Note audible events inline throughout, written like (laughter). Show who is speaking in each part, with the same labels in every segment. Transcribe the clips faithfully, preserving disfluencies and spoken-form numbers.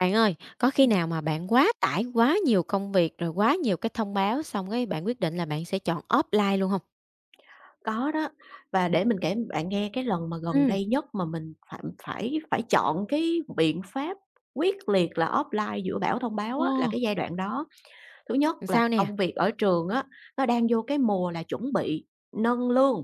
Speaker 1: Bạn ơi, có khi
Speaker 2: Ừm,
Speaker 1: nào mà bạn quá tải, quá nhiều công việc, rồi quá nhiều cái thông báo, xong cái bạn quyết định là bạn sẽ chọn offline luôn hông?
Speaker 2: có đó. Và để mình kể bạn nghe cái lần mà gần
Speaker 1: Ừm.
Speaker 2: đây nhất mà mình phải phải phải chọn cái biện pháp quyết liệt là offline giữa bão thông báo
Speaker 1: Ồ,
Speaker 2: á, là cái giai đoạn đó. Thứ nhất
Speaker 1: làm
Speaker 2: là
Speaker 1: sao nè?
Speaker 2: công việc ở trường á, nó đang vô cái mùa là chuẩn bị nâng lương.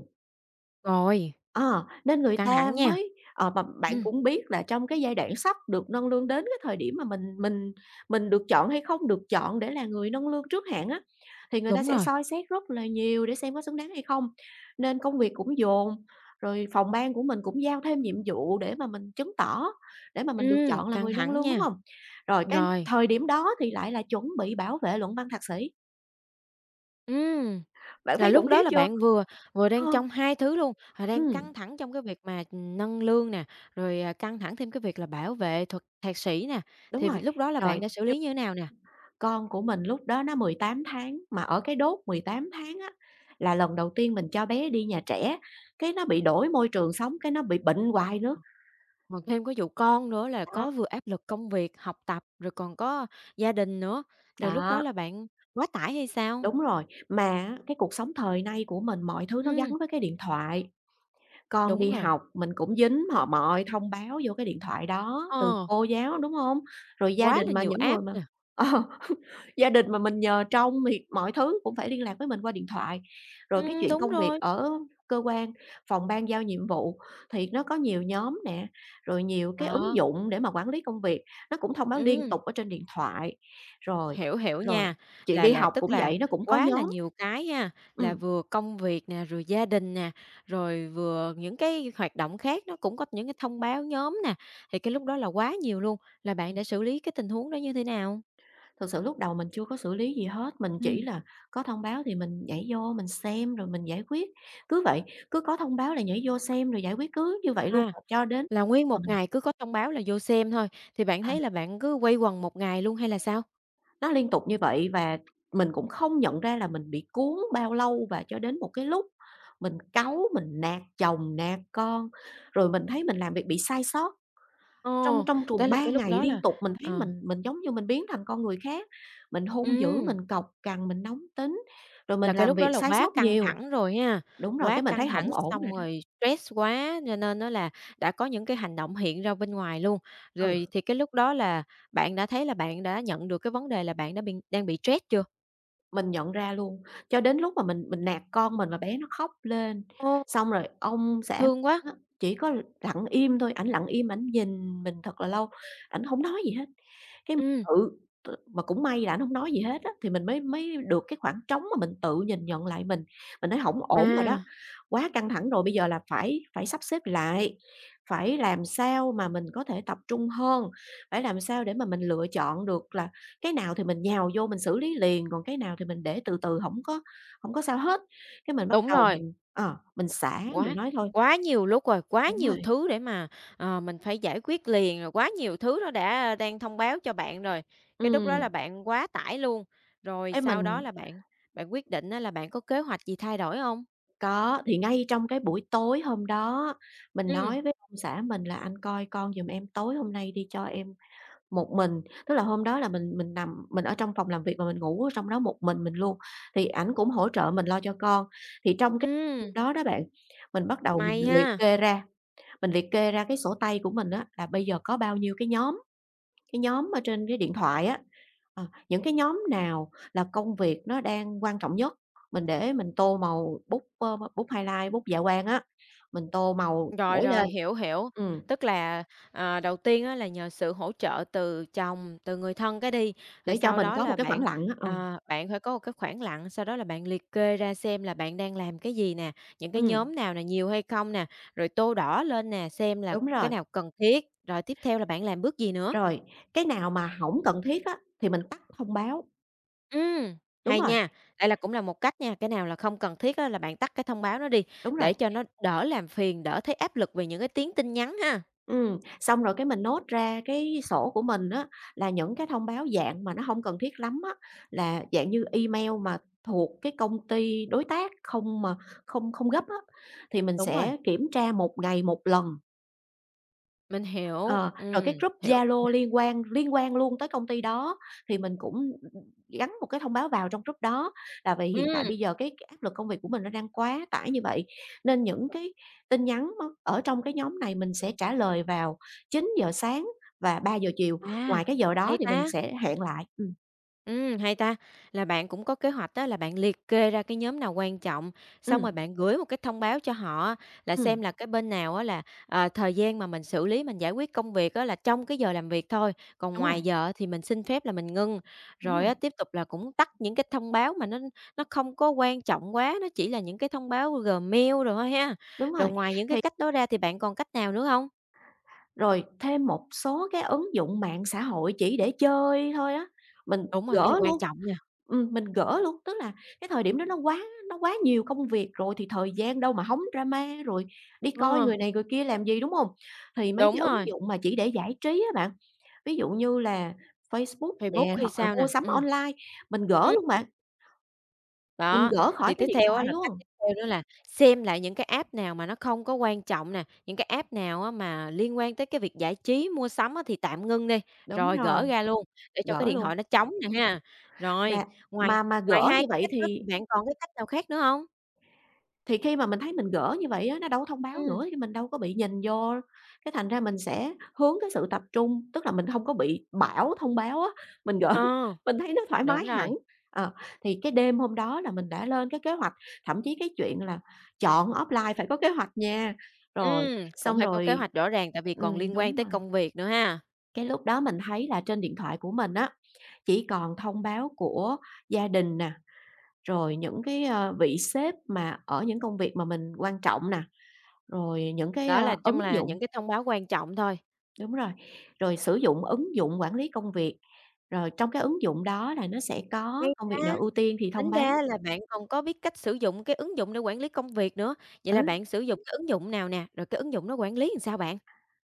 Speaker 1: Rồi,
Speaker 2: Ờ, nên người
Speaker 1: căng
Speaker 2: ta
Speaker 1: thẳng nha.
Speaker 2: mới ờ, mà bạn
Speaker 1: Ừm,
Speaker 2: cũng biết là trong cái giai đoạn sắp được nâng lương đến cái thời điểm mà mình mình mình được chọn hay không được chọn để là người nâng lương trước hạn á, thì người ta
Speaker 1: đúng
Speaker 2: sẽ
Speaker 1: rồi,
Speaker 2: soi xét rất là nhiều để xem có xứng đáng hay không. Nên công việc cũng dồn, rồi phòng ban của mình cũng giao thêm nhiệm vụ để mà mình chứng tỏ, để mà mình được
Speaker 1: ừm,
Speaker 2: chọn là
Speaker 1: căng
Speaker 2: người nâng
Speaker 1: thẳng
Speaker 2: lương, đúng
Speaker 1: nha.
Speaker 2: không? Rồi cái
Speaker 1: Rồi,
Speaker 2: thời điểm đó thì lại là chuẩn bị bảo vệ luận văn thạc sĩ,
Speaker 1: ừm,
Speaker 2: bạn
Speaker 1: là
Speaker 2: thấy khủng
Speaker 1: lúc
Speaker 2: khiếp
Speaker 1: đó là
Speaker 2: chưa?
Speaker 1: bạn vừa vừa
Speaker 2: Ờ.
Speaker 1: đang trong hai thứ luôn, là đang
Speaker 2: Ừm.
Speaker 1: căng thẳng trong cái việc mà, ừm, nâng lương nè, rồi, à, căng thẳng thêm cái việc là bảo vệ thuật thạc sĩ nè,
Speaker 2: Đúng
Speaker 1: thì v
Speaker 2: rồi.
Speaker 1: lúc đó là bạn
Speaker 2: Rồi,
Speaker 1: đã xử lý như thế nào nè?
Speaker 2: con của mình lúc đó nó mười tám tháng, mà ở cái đốt mười tám tháng á, là lần đầu tiên mình cho bé đi nhà trẻ, cái nó bị đổi môi trường sống, cái nó bị bệnh hoài nữa.
Speaker 1: Mà thêm có vụ con nữa là
Speaker 2: Đó,
Speaker 1: có vừa áp lực công việc, học tập, rồi còn có gia đình nữa, rồi lúc đó
Speaker 2: đó,
Speaker 1: là bạn quá tải hay sao?
Speaker 2: đúng rồi. Mà á, cái cuộc sống thời nay của mình mọi thứ nó gắn
Speaker 1: Ừm,
Speaker 2: với cái điện thoại. Con
Speaker 1: đúng
Speaker 2: đi
Speaker 1: rồi,
Speaker 2: học mình cũng dính họ mọi thông báo vô cái điện thoại đó, từ
Speaker 1: ờ,
Speaker 2: cô giáo, đúng không? Rồi gia
Speaker 1: quá là
Speaker 2: đình mà
Speaker 1: nhiều
Speaker 2: những người
Speaker 1: app
Speaker 2: mà
Speaker 1: nè,
Speaker 2: (laughs) gia đình mà mình nhờ trông thì mọi thứ cũng phải liên lạc với mình qua điện thoại. Rồi cái
Speaker 1: ừm,
Speaker 2: chuyện
Speaker 1: đúng
Speaker 2: công việc
Speaker 1: rồi,
Speaker 2: ở cơ quan, phòng ban giao nhiệm vụ thì nó có nhiều nhóm nè, rồi nhiều cái ứng
Speaker 1: đó,
Speaker 2: dụng để mà quản lý công việc, nó cũng thông báo liên
Speaker 1: ừm,
Speaker 2: tục ở trên điện thoại. Rồi,
Speaker 1: hiểu, hiểu
Speaker 2: rồi
Speaker 1: nha,
Speaker 2: chuyện
Speaker 1: là
Speaker 2: đi
Speaker 1: là
Speaker 2: học
Speaker 1: tức
Speaker 2: cũng
Speaker 1: là
Speaker 2: vậy, nó cũng có
Speaker 1: quá là
Speaker 2: nhóm.
Speaker 1: nhiều cái ha, là
Speaker 2: Ừm,
Speaker 1: vừa công việc nè, rồi gia đình nè, rồi vừa những cái hoạt động khác nó cũng có những cái thông báo nhóm nè, thì cái lúc đó là quá nhiều luôn, là bạn
Speaker 2: ừm,
Speaker 1: đã xử lý cái tình huống đó như thế nào?
Speaker 2: thực sự lúc đầu mình chưa có xử lý gì hết, mình chỉ
Speaker 1: Ừm.
Speaker 2: là có thông báo thì mình nhảy vô mình xem rồi mình giải quyết, cứ vậy, cứ có thông báo là nhảy vô xem rồi giải quyết, cứ như vậy luôn,
Speaker 1: À.
Speaker 2: cho đến
Speaker 1: Là nguyên
Speaker 2: mà
Speaker 1: một
Speaker 2: mình.
Speaker 1: ngày cứ có thông báo là vô xem thôi, thì bạn
Speaker 2: Ờ,
Speaker 1: thấy là bạn cứ quây quần một ngày luôn hay là sao?
Speaker 2: nó liên tục như vậy và mình cũng không nhận ra là mình bị cuốn bao lâu và cho đến một cái lúc mình cáu, mình nạt chồng, nạt con, rồi mình thấy mình làm việc bị sai sót.
Speaker 1: Ờ,
Speaker 2: Trong trong
Speaker 1: tới
Speaker 2: tuần
Speaker 1: là
Speaker 2: ba
Speaker 1: cái lúc
Speaker 2: ngày
Speaker 1: đó là
Speaker 2: liên tục mình thấy
Speaker 1: ờ,
Speaker 2: mình mình giống như mình biến thành con người khác, mình hung dữ,
Speaker 1: ừm,
Speaker 2: mình cọc cằn, mình nóng tính, rồi mình
Speaker 1: là cái
Speaker 2: làm
Speaker 1: lúc đó
Speaker 2: việc
Speaker 1: là
Speaker 2: sai
Speaker 1: quá
Speaker 2: sót
Speaker 1: căng
Speaker 2: nhiều.
Speaker 1: thẳng rồi ha,
Speaker 2: Đúng rồi,
Speaker 1: quá
Speaker 2: cái mình
Speaker 1: căng
Speaker 2: thấy
Speaker 1: thẳng
Speaker 2: hổng ổn rồi
Speaker 1: xong
Speaker 2: đó.
Speaker 1: rồi stress quá cho nên á là đã có những cái hành động hiện ra bên ngoài luôn.
Speaker 2: Ừ.
Speaker 1: Rồi thì cái lúc đó là bạn đã thấy là bạn đã nhận được cái vấn đề là bạn đã bị đang bị stress chưa?
Speaker 2: Mình nhận ra luôn, cho đến lúc mà mình mình nạt con mình và bé nó khóc lên,
Speaker 1: Ô,
Speaker 2: xong rồi ông xã
Speaker 1: thương quá!
Speaker 2: á, chỉ có lặng im thôi, ảnh lặng im, ảnh nhìn mình thật là lâu, ảnh không nói gì hết. Cái mình
Speaker 1: Ừm,
Speaker 2: tự t Mà cũng may là anh không nói gì hết á, thì mình mới mới được cái khoảng trống mà mình tự nhìn nhận lại mình. Mình nói hổng ổn rồi đó,
Speaker 1: à,
Speaker 2: quá căng thẳng rồi, bây giờ là phải phải sắp xếp lại, phải làm sao mà mình có thể tập trung hơn, phải làm sao để mà mình lựa chọn được là cái nào thì mình nhào vô mình xử lý liền, còn cái nào thì mình để từ từ không có không có sao hết. Cái mình bắt
Speaker 1: đúng
Speaker 2: đầu
Speaker 1: rồi.
Speaker 2: mình ờ, mình xả, mình
Speaker 1: Quá
Speaker 2: nói thôi
Speaker 1: quá nhiều lúc rồi, quá
Speaker 2: đúng
Speaker 1: nhiều
Speaker 2: rồi,
Speaker 1: thứ để mà, ờ, mình phải giải quyết liền, rồi quá nhiều thứ nó đã đang thông báo cho bạn rồi. Cái lúc đó là
Speaker 2: ừm,
Speaker 1: bạn quá tải luôn, rồi
Speaker 2: cái
Speaker 1: sau đó
Speaker 2: mình
Speaker 1: là bạn bạn quyết định á là bạn có kế hoạch gì thay đổi không?
Speaker 2: có, thì ngay trong cái buổi tối hôm đó mình
Speaker 1: Ừ,
Speaker 2: nói với ông xã mình là "Anh coi con giùm em tối hôm nay đi, cho em một mình." Tức là hôm đó là mình mình nằm mình ở trong phòng làm việc và mình ngủ ở trong đó một mình mình luôn, thì ảnh cũng hỗ trợ mình lo cho con. Thì trong cái
Speaker 1: ừ,
Speaker 2: hôm đó đó bạn, mình bắt đầu mình
Speaker 1: may
Speaker 2: liệt
Speaker 1: ha.
Speaker 2: kê ra, mình liệt kê ra cái sổ tay của mình á là bây giờ có bao nhiêu cái nhóm. Cái nhóm ở trên cái điện thoại á, ờ, những cái nhóm nào là công việc nó đang quan trọng nhất, mình để mình tô màu bút, ơ, bút highlight, bút dạ quang á, mình tô màu
Speaker 1: Rồi,
Speaker 2: nổi lên.
Speaker 1: rồi, hiểu, hiểu.
Speaker 2: Ừm,
Speaker 1: Tức là, ờ, đầu tiên á là nhờ sự hỗ trợ từ chồng, từ người thân cái đi, rồi
Speaker 2: để cho
Speaker 1: sau
Speaker 2: mình
Speaker 1: đó
Speaker 2: có một
Speaker 1: là
Speaker 2: cái
Speaker 1: bạn,
Speaker 2: khoảng lặng á, ừ,
Speaker 1: ờ, bạn phải có một cái khoảng lặng, sau đó là bạn liệt kê ra xem là bạn đang làm cái gì nè, những cái
Speaker 2: ừm,
Speaker 1: nhóm nào nè, nhiều hay không nè, rồi tô đỏ lên nè, xem là
Speaker 2: đúng
Speaker 1: cái
Speaker 2: rồi.
Speaker 1: nào cần thiết, rồi tiếp theo là bạn làm bước gì nữa.
Speaker 2: Rồi, cái nào mà không cần thiết á thì mình tắt thông báo.
Speaker 1: Ừ,
Speaker 2: Đúng
Speaker 1: hay
Speaker 2: rồi,
Speaker 1: nha, đây là cũng là một cách nha, cái nào là không cần thiết á là bạn tắt cái thông báo nó đi,
Speaker 2: đúng rồi.
Speaker 1: để cho nó đỡ làm phiền, đỡ thấy áp lực về những cái tiếng tin nhắn ha.
Speaker 2: Ừm, xong rồi cái mình nốt ra cái sổ của mình á, là những cái thông báo dạng mà nó không cần thiết lắm á, là dạng như email mà thuộc cái công ty đối tác không mà không không gấp á, thì mình
Speaker 1: Đúng rồi.
Speaker 2: sẽ kiểm tra một ngày một lần.
Speaker 1: Mình hiểu,
Speaker 2: Ờ, rồi
Speaker 1: ừm,
Speaker 2: cái group
Speaker 1: hiểu.
Speaker 2: Zalo
Speaker 1: Yeah.
Speaker 2: liên quan liên quan luôn tới công ty đó thì mình cũng, ừ, gắn một cái thông báo vào trong group đó là vì hiện tại
Speaker 1: ừm,
Speaker 2: bây giờ cái cái áp lực công việc của mình nó đang quá tải như vậy, nên những cái tin nhắn nó ở trong cái nhóm này mình sẽ trả lời vào chín giờ sáng và ba giờ chiều, ngoài
Speaker 1: à,
Speaker 2: cái giờ đó
Speaker 1: Hay
Speaker 2: thì
Speaker 1: ta,
Speaker 2: mình sẽ hẹn lại. Ừm,
Speaker 1: ừm, hay ta, là bạn cũng có kế hoạch á là bạn liệt kê ra cái nhóm nào quan trọng, xong
Speaker 2: ừm,
Speaker 1: rồi bạn gửi một cái thông báo cho họ á là
Speaker 2: ừm,
Speaker 1: xem là cái bên nào á là, ờ, thời gian mà mình xử lý, mình giải quyết công việc á là trong cái giờ làm việc thôi, còn
Speaker 2: đúng rồi,
Speaker 1: ngoài giờ á thì mình xin phép là mình ngưng.
Speaker 2: đúng
Speaker 1: Rồi á
Speaker 2: rồi,
Speaker 1: tiếp tục là cũng tắt những cái thông báo mà nó nó không có quan trọng quá, nó chỉ là những cái thông báo Gmail đồ thôi ha.
Speaker 2: đúng
Speaker 1: Rồi
Speaker 2: rồi.
Speaker 1: ngoài những cái
Speaker 2: Thì
Speaker 1: cách đó ra thì bạn còn cách nào nữa hông?
Speaker 2: Rồi thêm một số cái ứng dụng mạng xã hội chỉ để chơi thôi á, mình
Speaker 1: Đúng rồi, cái này
Speaker 2: gỡ
Speaker 1: quan
Speaker 2: luôn.
Speaker 1: trọng nha.
Speaker 2: Ừm, mình gỡ luôn, tức là cái thời điểm đó nó quá nó quá nhiều công việc rồi thì thời gian đâu mà hóng drama, rồi đi coi
Speaker 1: Ờ,
Speaker 2: người này người kia làm gì, đúng không? Thì mấy cái
Speaker 1: đúng
Speaker 2: ứng
Speaker 1: rồi,
Speaker 2: dụng mà chỉ để giải trí á bạn, ví dụ như là Facebook
Speaker 1: Facebook
Speaker 2: nè,
Speaker 1: hay
Speaker 2: hoặc là
Speaker 1: sao nè,
Speaker 2: mua sắm
Speaker 1: ừm,
Speaker 2: online, mình gỡ
Speaker 1: ừm,
Speaker 2: luôn bạn, mình
Speaker 1: đó,
Speaker 2: gỡ khỏi
Speaker 1: thì
Speaker 2: cái
Speaker 1: tiếp
Speaker 2: điện
Speaker 1: theo á
Speaker 2: thoại
Speaker 1: là cách
Speaker 2: luôn.
Speaker 1: tiếp theo nữa là xem lại những cái app nào mà nó không có quan trọng nè, những cái app nào á mà liên quan tới cái việc giải trí, mua sắm á thì tạm ngưng đi,
Speaker 2: Đúng
Speaker 1: rồi gỡ
Speaker 2: rồi,
Speaker 1: ra luôn để cho cái
Speaker 2: gỡ
Speaker 1: điện thoại
Speaker 2: luôn.
Speaker 1: nó trống nè ha. Rồi,
Speaker 2: Mà
Speaker 1: ngoài
Speaker 2: mà mà
Speaker 1: ngoài
Speaker 2: gỡ như
Speaker 1: hai cái
Speaker 2: vậy
Speaker 1: cách đó
Speaker 2: thì
Speaker 1: thì bạn còn cái cách nào khác nữa hông?
Speaker 2: Thì khi mà mình thấy mình gỡ như vậy á, nó đâu có thông báo
Speaker 1: Ừm,
Speaker 2: nữa thì mình đâu có bị nhìn vô, cái thành ra mình sẽ hướng cái sự tập trung, tức là mình không có bị bảo thông báo á, mình gỡ (laughs)
Speaker 1: ờ,
Speaker 2: mình thấy nó thoải
Speaker 1: đúng
Speaker 2: mái hẳn.
Speaker 1: rồi,
Speaker 2: Ờ, thì cái đêm hôm đó là mình đã lên cái kế hoạch, thậm chí cái chuyện là chọn offline phải có kế hoạch nha. Rồi,
Speaker 1: ừm, cũng
Speaker 2: xong
Speaker 1: phải có kế
Speaker 2: rồi
Speaker 1: hoạch rõ ràng tại vì còn
Speaker 2: ừm,
Speaker 1: liên quan
Speaker 2: đúng
Speaker 1: tới
Speaker 2: rồi,
Speaker 1: công việc nữa ha.
Speaker 2: cái lúc đó mình thấy là trên điện thoại của mình á, chỉ còn thông báo của gia đình nè, rồi những cái, ơ, vị sếp mà ở những công việc mà mình quan trọng nè. Rồi những cái,
Speaker 1: Đó là
Speaker 2: a,
Speaker 1: chung
Speaker 2: ứng
Speaker 1: là
Speaker 2: dụng
Speaker 1: những cái thông báo quan trọng thôi.
Speaker 2: đúng rồi, rồi sử dụng ứng dụng quản lý công việc, rồi trong cái ứng dụng đó là nó sẽ
Speaker 1: Hay
Speaker 2: có công việc
Speaker 1: ha!
Speaker 2: nào ưu tiên thì thông
Speaker 1: Tính
Speaker 2: báo.
Speaker 1: ra là bạn còn có biết cách sử dụng cái ứng dụng để quản lý công việc nữa. Vậy
Speaker 2: Ừ,
Speaker 1: là bạn sử dụng cái ứng dụng nào nè? Rồi cái ứng dụng nó quản lý làm sao bạn?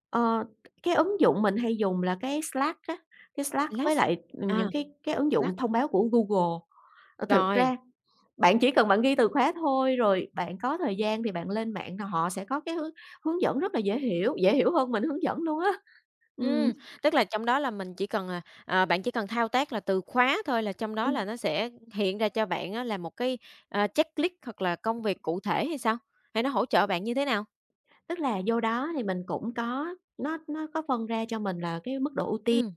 Speaker 2: ờ, cái ứng dụng mình hay dùng là cái Slack á, cái Slack với
Speaker 1: Slack.
Speaker 2: lại, ừ, những
Speaker 1: À,
Speaker 2: cái cái ứng
Speaker 1: Slack,
Speaker 2: dụng thông báo của Google. Ờ, thực
Speaker 1: rồi.
Speaker 2: ra bạn chỉ cần bạn ghi từ khóa thôi, rồi bạn có thời gian thì bạn lên mạng là họ sẽ có cái hướng hướng dẫn rất là dễ hiểu, dễ hiểu hơn mình hướng dẫn luôn á. Ừm,
Speaker 1: Ừm, Tức là trong đó là mình chỉ cần, à, à, bạn chỉ cần thao tác là từ khóa thôi là trong đó là nó sẽ hiện ra cho bạn á là một cái, à, checklist hoặc là công việc cụ thể hay sao? Hay nó hỗ trợ bạn như thế nào?
Speaker 2: Tức là vô đó thì mình cũng có nó nó có phân ra cho mình là cái mức độ ưu tiên,
Speaker 1: Ừm.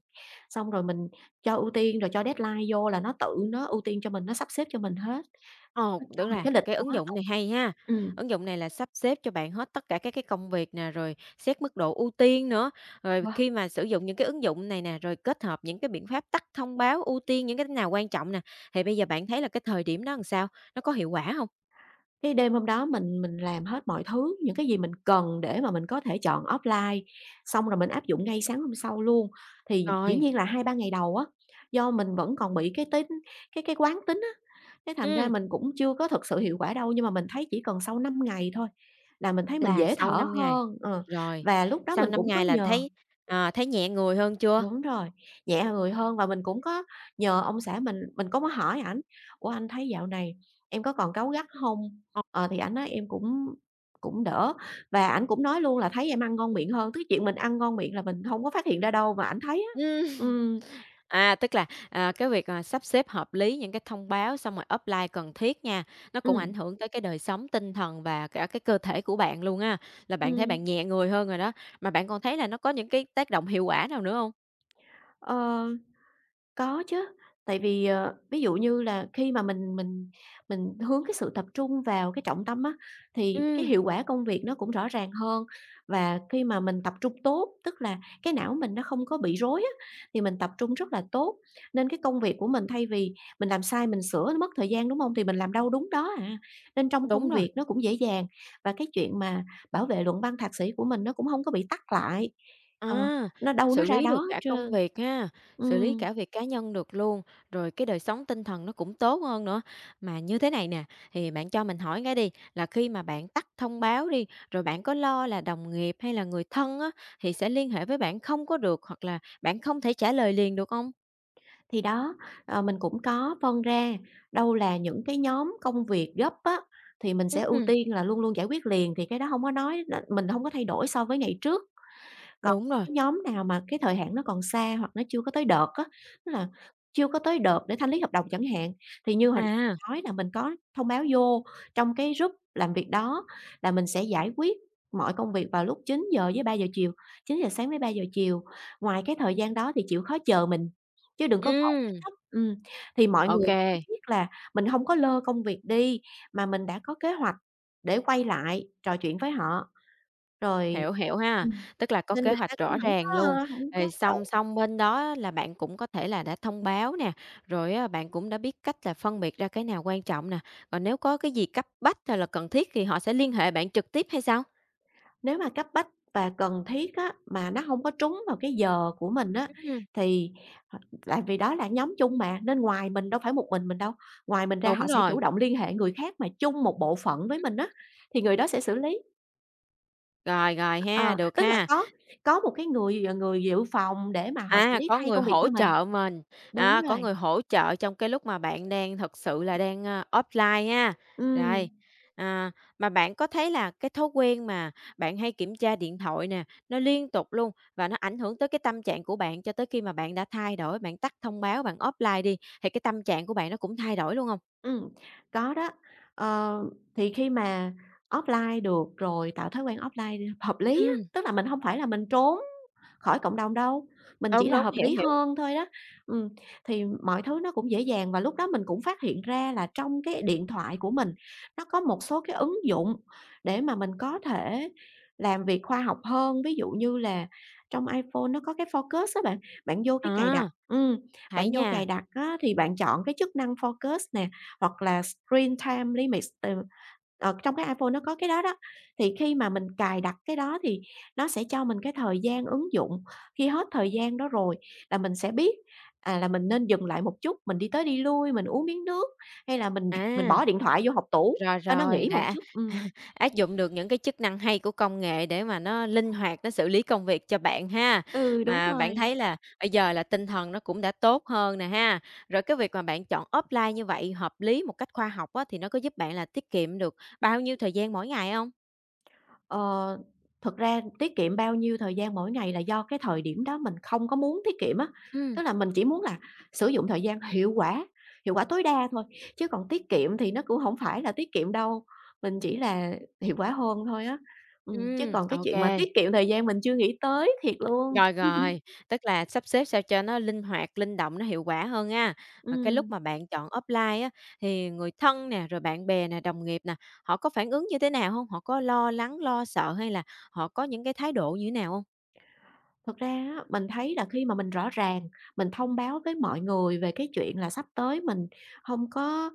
Speaker 2: xong rồi mình cho ưu tiên, rồi cho deadline vô là nó tự nó ưu tiên cho mình, nó sắp xếp cho mình hết,
Speaker 1: Ồ,
Speaker 2: nó cho
Speaker 1: tức
Speaker 2: mình
Speaker 1: là
Speaker 2: cái lịch
Speaker 1: cái
Speaker 2: luôn
Speaker 1: ứng
Speaker 2: á. Ờ.
Speaker 1: dụng này hay ha.
Speaker 2: Ừm.
Speaker 1: Ứng dụng này là sắp xếp cho bạn hết tất cả các cái công việc nè, rồi xét mức độ ưu tiên nữa. Rồi
Speaker 2: Wow!
Speaker 1: khi mà sử dụng những cái ứng dụng này nè, rồi kết hợp những cái biện pháp tắt thông báo, ưu tiên những cái nào quan trọng nè, thì bây giờ bạn thấy là cái thời điểm đó làm sao? Nó có hiệu quả không?
Speaker 2: Cái đêm hôm đó mình mình làm hết mọi thứ, những cái gì mình cần để mà mình có thể chọn offline, xong rồi mình áp dụng ngay sáng hôm sau luôn. Thì dĩ
Speaker 1: Rồi.
Speaker 2: nhiên là hai ba ngày đầu á, do mình vẫn còn bị cái tính cái cái quán tính á, cái thành ra
Speaker 1: Ừm,
Speaker 2: mình cũng chưa có thực sự hiệu quả đâu, nhưng mà mình thấy chỉ cần sau năm ngày thôi là mình thấy mình
Speaker 1: là
Speaker 2: dễ
Speaker 1: sau
Speaker 2: thở
Speaker 1: năm ngày.
Speaker 2: hơn, ờ,
Speaker 1: Rồi,
Speaker 2: và lúc đó
Speaker 1: sau
Speaker 2: mình
Speaker 1: năm
Speaker 2: cũng có
Speaker 1: ngày là
Speaker 2: nhờ
Speaker 1: thấy, ờ, thấy nhẹ người hơn chưa?
Speaker 2: đúng rồi, nhẹ người hơn và mình cũng có nhờ ông xã mình, mình cũng có mới hỏi ảnh: "Ủa, anh thấy dạo này em có còn cáu gắt hông?"
Speaker 1: Ờ.
Speaker 2: Ờ, thì ảnh nói em cũng cũng đỡ và ảnh cũng nói luôn là thấy em ăn ngon miệng hơn, tức chuyện mình ăn ngon miệng là mình hông có phát hiện ra đâu mà ảnh thấy á.
Speaker 1: Ừm.
Speaker 2: Ừm,
Speaker 1: À, tức là, à, cái việc, à, sắp xếp hợp lý những cái thông báo xong rồi upline cần thiết nha, nó cũng ảnh
Speaker 2: ừm,
Speaker 1: hưởng tới cái đời sống tinh thần và cả cái cơ thể của bạn luôn á, là bạn thấy
Speaker 2: ừm,
Speaker 1: bạn nhẹ người hơn rồi đó. Mà bạn còn thấy là nó có những cái tác động hiệu quả nào nữa không?
Speaker 2: ờ. Có chứ, tại vì, ờ, ví dụ như là khi mà mình mình mình hướng cái sự tập trung vào cái trọng tâm á, thì cái
Speaker 1: Ừm,
Speaker 2: hiệu quả công việc nó cũng rõ ràng hơn. Và khi mà mình tập trung tốt, tức là cái não mình nó không có bị rối á, thì mình tập trung rất là tốt, nên cái công việc của mình thay vì mình làm sai mình sửa nó mất thời gian, đúng không? Thì mình làm đâu đúng đó à, nên trong
Speaker 1: đúng
Speaker 2: công
Speaker 1: rồi.
Speaker 2: việc nó cũng dễ dàng. Và cái chuyện mà bảo vệ luận văn thạc sĩ của mình nó cũng không có bị tắc lại, ờ,
Speaker 1: À,
Speaker 2: nó đâu nó
Speaker 1: Xử
Speaker 2: ra
Speaker 1: lý
Speaker 2: đó
Speaker 1: được
Speaker 2: hết
Speaker 1: cả công
Speaker 2: trơn.
Speaker 1: việc ha, xử lý
Speaker 2: Ừm.
Speaker 1: cả việc cá nhân được luôn, rồi cái đời sống tinh thần nó cũng tốt hơn nữa. Mà như thế này nè, thì bạn cho mình hỏi cái đi, là khi mà bạn tắt thông báo đi, rồi bạn có lo là đồng nghiệp hay là người thân á, thì sẽ liên hệ với bạn không có được, hoặc là bạn không thể trả lời liền được không?
Speaker 2: Thì đó, ờ, mình cũng có phân ra, đâu là những cái nhóm công việc gấp á, thì mình sẽ ưu
Speaker 1: Ừm,
Speaker 2: tiên là luôn luôn giải quyết liền, thì cái đó không có nói mình không có thay đổi so với ngày trước. Còn
Speaker 1: đúng rồi.
Speaker 2: cái nhóm nào mà cái thời hạn nó còn xa hoặc nó chưa có tới đợt á, tức là chưa có tới đợt để thanh lý hợp đồng chẳng hạn, thì như hồi nãy
Speaker 1: À,
Speaker 2: mình nói là mình có thông báo vô trong cái group làm việc đó là mình sẽ giải quyết mọi công việc vào lúc chín giờ với ba giờ chiều, chín giờ sáng với ba giờ chiều. Ngoài cái thời gian đó thì chịu khó chờ mình, chứ đừng có gọi tới
Speaker 1: ừm,
Speaker 2: tấp. Ừm, thì mọi người cũng
Speaker 1: ok.
Speaker 2: biết là mình không có lơ công việc đi, mà mình đã có kế hoạch để quay lại trò chuyện với họ, rồi.
Speaker 1: Hiểu, hiểu ha,
Speaker 2: Ừm.
Speaker 1: tức là có
Speaker 2: Nên
Speaker 1: kế
Speaker 2: người ta
Speaker 1: hoạch
Speaker 2: cũng
Speaker 1: rõ
Speaker 2: hổng có,
Speaker 1: ràng luôn.
Speaker 2: ơ, hổng có
Speaker 1: Rồi
Speaker 2: sợ.
Speaker 1: song song bên đó á là bạn cũng có thể là đã thông báo nè, rồi á bạn cũng đã biết cách là phân biệt ra cái nào quan trọng nè, còn nếu có cái gì cấp bách hay là cần thiết thì họ sẽ liên hệ bạn trực tiếp hay sao?
Speaker 2: Nếu mà cấp bách và cần thiết á, mà nó hông có trúng vào cái giờ của mình á,
Speaker 1: Ừm,
Speaker 2: thì h tại vì đó là nhóm chung mà, nên ngoài mình đâu phải một mình mình đâu, ngoài mình ra họ
Speaker 1: đúng
Speaker 2: sẽ
Speaker 1: rồi,
Speaker 2: chủ động liên hệ người khác mà chung một bộ phận với mình á, thì người đó sẽ xử lý.
Speaker 1: rồi, rồi ha,
Speaker 2: Ờ,
Speaker 1: được
Speaker 2: tức là
Speaker 1: ha.
Speaker 2: có có một cái người, ờ, người dự phòng để mà họ xử
Speaker 1: À,
Speaker 2: lý
Speaker 1: có
Speaker 2: thay
Speaker 1: người
Speaker 2: công việc
Speaker 1: hỗ
Speaker 2: cho mình.
Speaker 1: trợ mình,
Speaker 2: Đúng
Speaker 1: à có
Speaker 2: rồi,
Speaker 1: người hỗ trợ trong cái lúc mà bạn đang thật sự là đang, a, offline ha.
Speaker 2: ừm.
Speaker 1: Rồi, à, mà bạn có thấy là cái thói quen mà bạn hay kiểm tra điện thoại nè, nó liên tục luôn và nó ảnh hưởng tới cái tâm trạng của bạn cho tới khi mà bạn đã thay đổi, bạn tắt thông báo, bạn offline đi, thì cái tâm trạng của bạn nó cũng thay đổi luôn không?
Speaker 2: Ừm, có đó. Ờ, thì khi mà offline được rồi, tạo thói quen offline hợp lý á,
Speaker 1: Ừm,
Speaker 2: tức là mình hông phải là mình trốn khỏi cộng đồng đâu, mình chỉ
Speaker 1: đúng,
Speaker 2: là
Speaker 1: đúng,
Speaker 2: hợp
Speaker 1: hiểu,
Speaker 2: lý
Speaker 1: hiểu.
Speaker 2: hơn thôi đó. Ừm, thì mọi thứ nó cũng dễ dàng và lúc đó mình cũng phát hiện ra là trong cái điện thoại của mình, nó có một số cái ứng dụng để mà mình có thể làm việc khoa học hơn. Ví dụ như là trong iPhone nó có cái Focus á bạn, bạn vô cái cài đặt
Speaker 1: À,
Speaker 2: ừm, Bạn
Speaker 1: Thấy
Speaker 2: vô
Speaker 1: nha.
Speaker 2: cài đặt á thì bạn chọn cái chức năng Focus nè, hoặc là Screen Time Limit, ừ, ờ, trong cái iPhone nó có cái đó đó. Thì khi mà mình cài đặt cái đó thì nó sẽ cho mình cái thời gian ứng dụng, khi hết thời gian đó rồi là mình sẽ biết, à, là mình nên dừng lại một chút, mình đi tới đi lui, mình uống miếng nước, hay là mình mình
Speaker 1: À.
Speaker 2: bỏ điện thoại vô hộc tủ
Speaker 1: Rồi,
Speaker 2: cho nó
Speaker 1: rồi,
Speaker 2: nghỉ một
Speaker 1: đã,
Speaker 2: chút.
Speaker 1: (laughs) à,
Speaker 2: Ừm,
Speaker 1: áp dụng được những cái chức năng hay của công nghệ để mà nó linh hoạt, nó xử lý công việc cho bạn ha.
Speaker 2: ừ, đúng
Speaker 1: Mà bạn
Speaker 2: rồi.
Speaker 1: thấy là bây giờ là tinh thần nó cũng đã tốt hơn nè ha. Rồi cái việc mà bạn chọn offline như vậy hợp lý một cách khoa học á, thì nó có giúp bạn là tiết kiệm được bao nhiêu thời gian mỗi ngày không?
Speaker 2: Ờ, thực ra tiết kiệm bao nhiêu thời gian mỗi ngày là do cái thời điểm đó mình không có muốn tiết kiệm á,
Speaker 1: Ừ,
Speaker 2: tức là mình chỉ muốn là sử dụng thời gian hiệu quả, hiệu quả tối đa thôi, chứ còn tiết kiệm thì nó cũng không phải là tiết kiệm đâu, mình chỉ là hiệu quả hơn thôi á. Ừm, chứ
Speaker 1: ừ,
Speaker 2: còn cái
Speaker 1: ok.
Speaker 2: chuyện mà tiết kiệm thời gian mình chưa nghĩ tới thiệt luôn.
Speaker 1: Rồi,
Speaker 2: (laughs)
Speaker 1: rồi, tức là sắp xếp sao cho nó linh hoạt, linh động, nó hiệu quả hơn ha. Mà cái lúc
Speaker 2: Ừm,
Speaker 1: mà bạn chọn offline á, thì người thân nè, rồi bạn bè nè, đồng nghiệp nè, họ có phản ứng như thế nào không? Họ có lo lắng, lo sợ hay là họ có những cái thái độ như thế nào không?
Speaker 2: thực ra á, mình thấy là khi mà mình rõ ràng, mình thông báo với mọi người về cái chuyện là sắp tới mình không có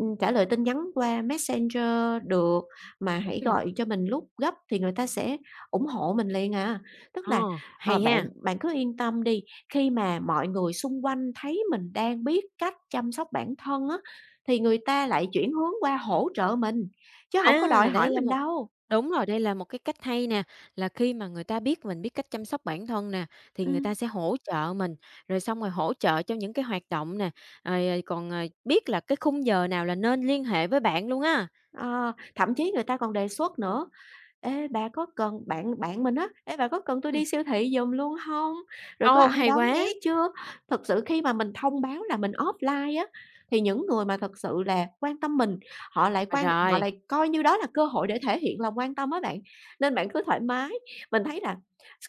Speaker 2: Ừm, trả lời tin nhắn qua Messenger được, mà hãy
Speaker 1: Ừm,
Speaker 2: gọi cho mình lúc gấp thì người ta sẽ ủng hộ mình liền à. Tức
Speaker 1: ờ,
Speaker 2: là, ờ,
Speaker 1: Hay
Speaker 2: bạn
Speaker 1: ha.
Speaker 2: bạn cứ yên tâm đi, khi mà mọi người xung quanh thấy mình đang biết cách chăm sóc bản thân á, thì người ta lại chuyển hướng qua hỗ trợ mình, chứ không có đòi
Speaker 1: À, đây
Speaker 2: hỏi
Speaker 1: là
Speaker 2: mình
Speaker 1: một
Speaker 2: đâu.
Speaker 1: Đúng rồi, đây là một cái cách hay nè, là khi mà người ta biết mình biết cách chăm sóc bản thân nè, thì người ta
Speaker 2: Ừm,
Speaker 1: sẽ hỗ trợ mình, rồi xong rồi hỗ trợ cho những cái hoạt động nè, rồi, ờ, còn, ờ, biết là cái khung giờ nào là nên liên hệ với bạn luôn á.
Speaker 2: ờ, thậm chí người ta còn đề xuất nữa. "Ê, bà có cần" bạn bạn mình á, "Ê, bà có cần tôi
Speaker 1: Ừm,
Speaker 2: đi siêu thị giùm luôn hông? Rồi có
Speaker 1: ô,
Speaker 2: ai
Speaker 1: hay
Speaker 2: đón
Speaker 1: quá!
Speaker 2: bé chưa?" Thật sự khi mà mình thông báo là mình offline á, thì những người mà thật sự là quan tâm mình, họ lại quan họ
Speaker 1: Rồi.
Speaker 2: lại coi như đó là cơ hội để thể hiện lòng quan tâm á bạn, nên bạn cứ thoải mái. Mình thấy là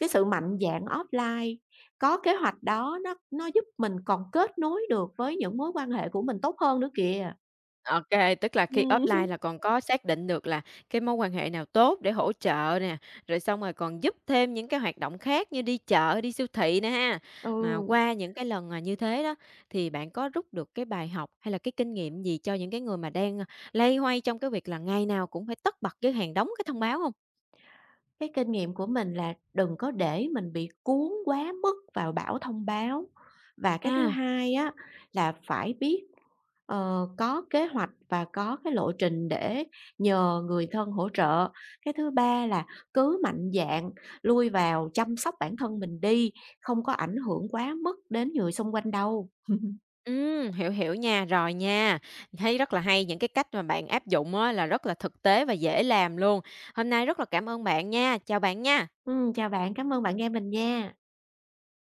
Speaker 2: cái sự mạnh dạn offline, có kế hoạch đó nó nó giúp mình còn kết nối được với những mối quan hệ của mình tốt hơn nữa kìa.
Speaker 1: OK, tức là khi
Speaker 2: Ừm,
Speaker 1: offline là
Speaker 2: (laughs)
Speaker 1: còn có xác định được là cái mối quan hệ nào tốt để hỗ trợ nè, rồi xong rồi còn giúp thêm những cái hoạt động khác như đi chợ, đi siêu thị nè ha.
Speaker 2: ừ.
Speaker 1: Mà qua những cái lần mà như thế đó, thì bạn có rút được cái bài học hay là cái kinh nghiệm gì cho những cái người mà đang, ơ, loay hoay trong cái việc là ngày nào cũng phải tất bật với hàng đóng cái thông báo không?
Speaker 2: Cái kinh nghiệm của mình là đừng có để mình bị cuốn quá mức vào bảng thông báo. Và cái thứ
Speaker 1: À,
Speaker 2: hai á là phải biết, ờ, có kế hoạch và có cái lộ trình để nhờ người thân hỗ trợ. Cái thứ ba là cứ mạnh dạn lui vào chăm sóc bản thân mình đi, không có ảnh hưởng quá mức đến người xung quanh đâu.
Speaker 1: ừm, hiểu, hiểu nha, rồi nha. Thấy rất là hay, những cái cách mà bạn áp dụng á là rất là thực tế và dễ làm luôn. Hôm nay rất là cảm ơn bạn nha, chào bạn nha.
Speaker 2: Ừm, chào bạn, cảm ơn bạn nghe mình nha.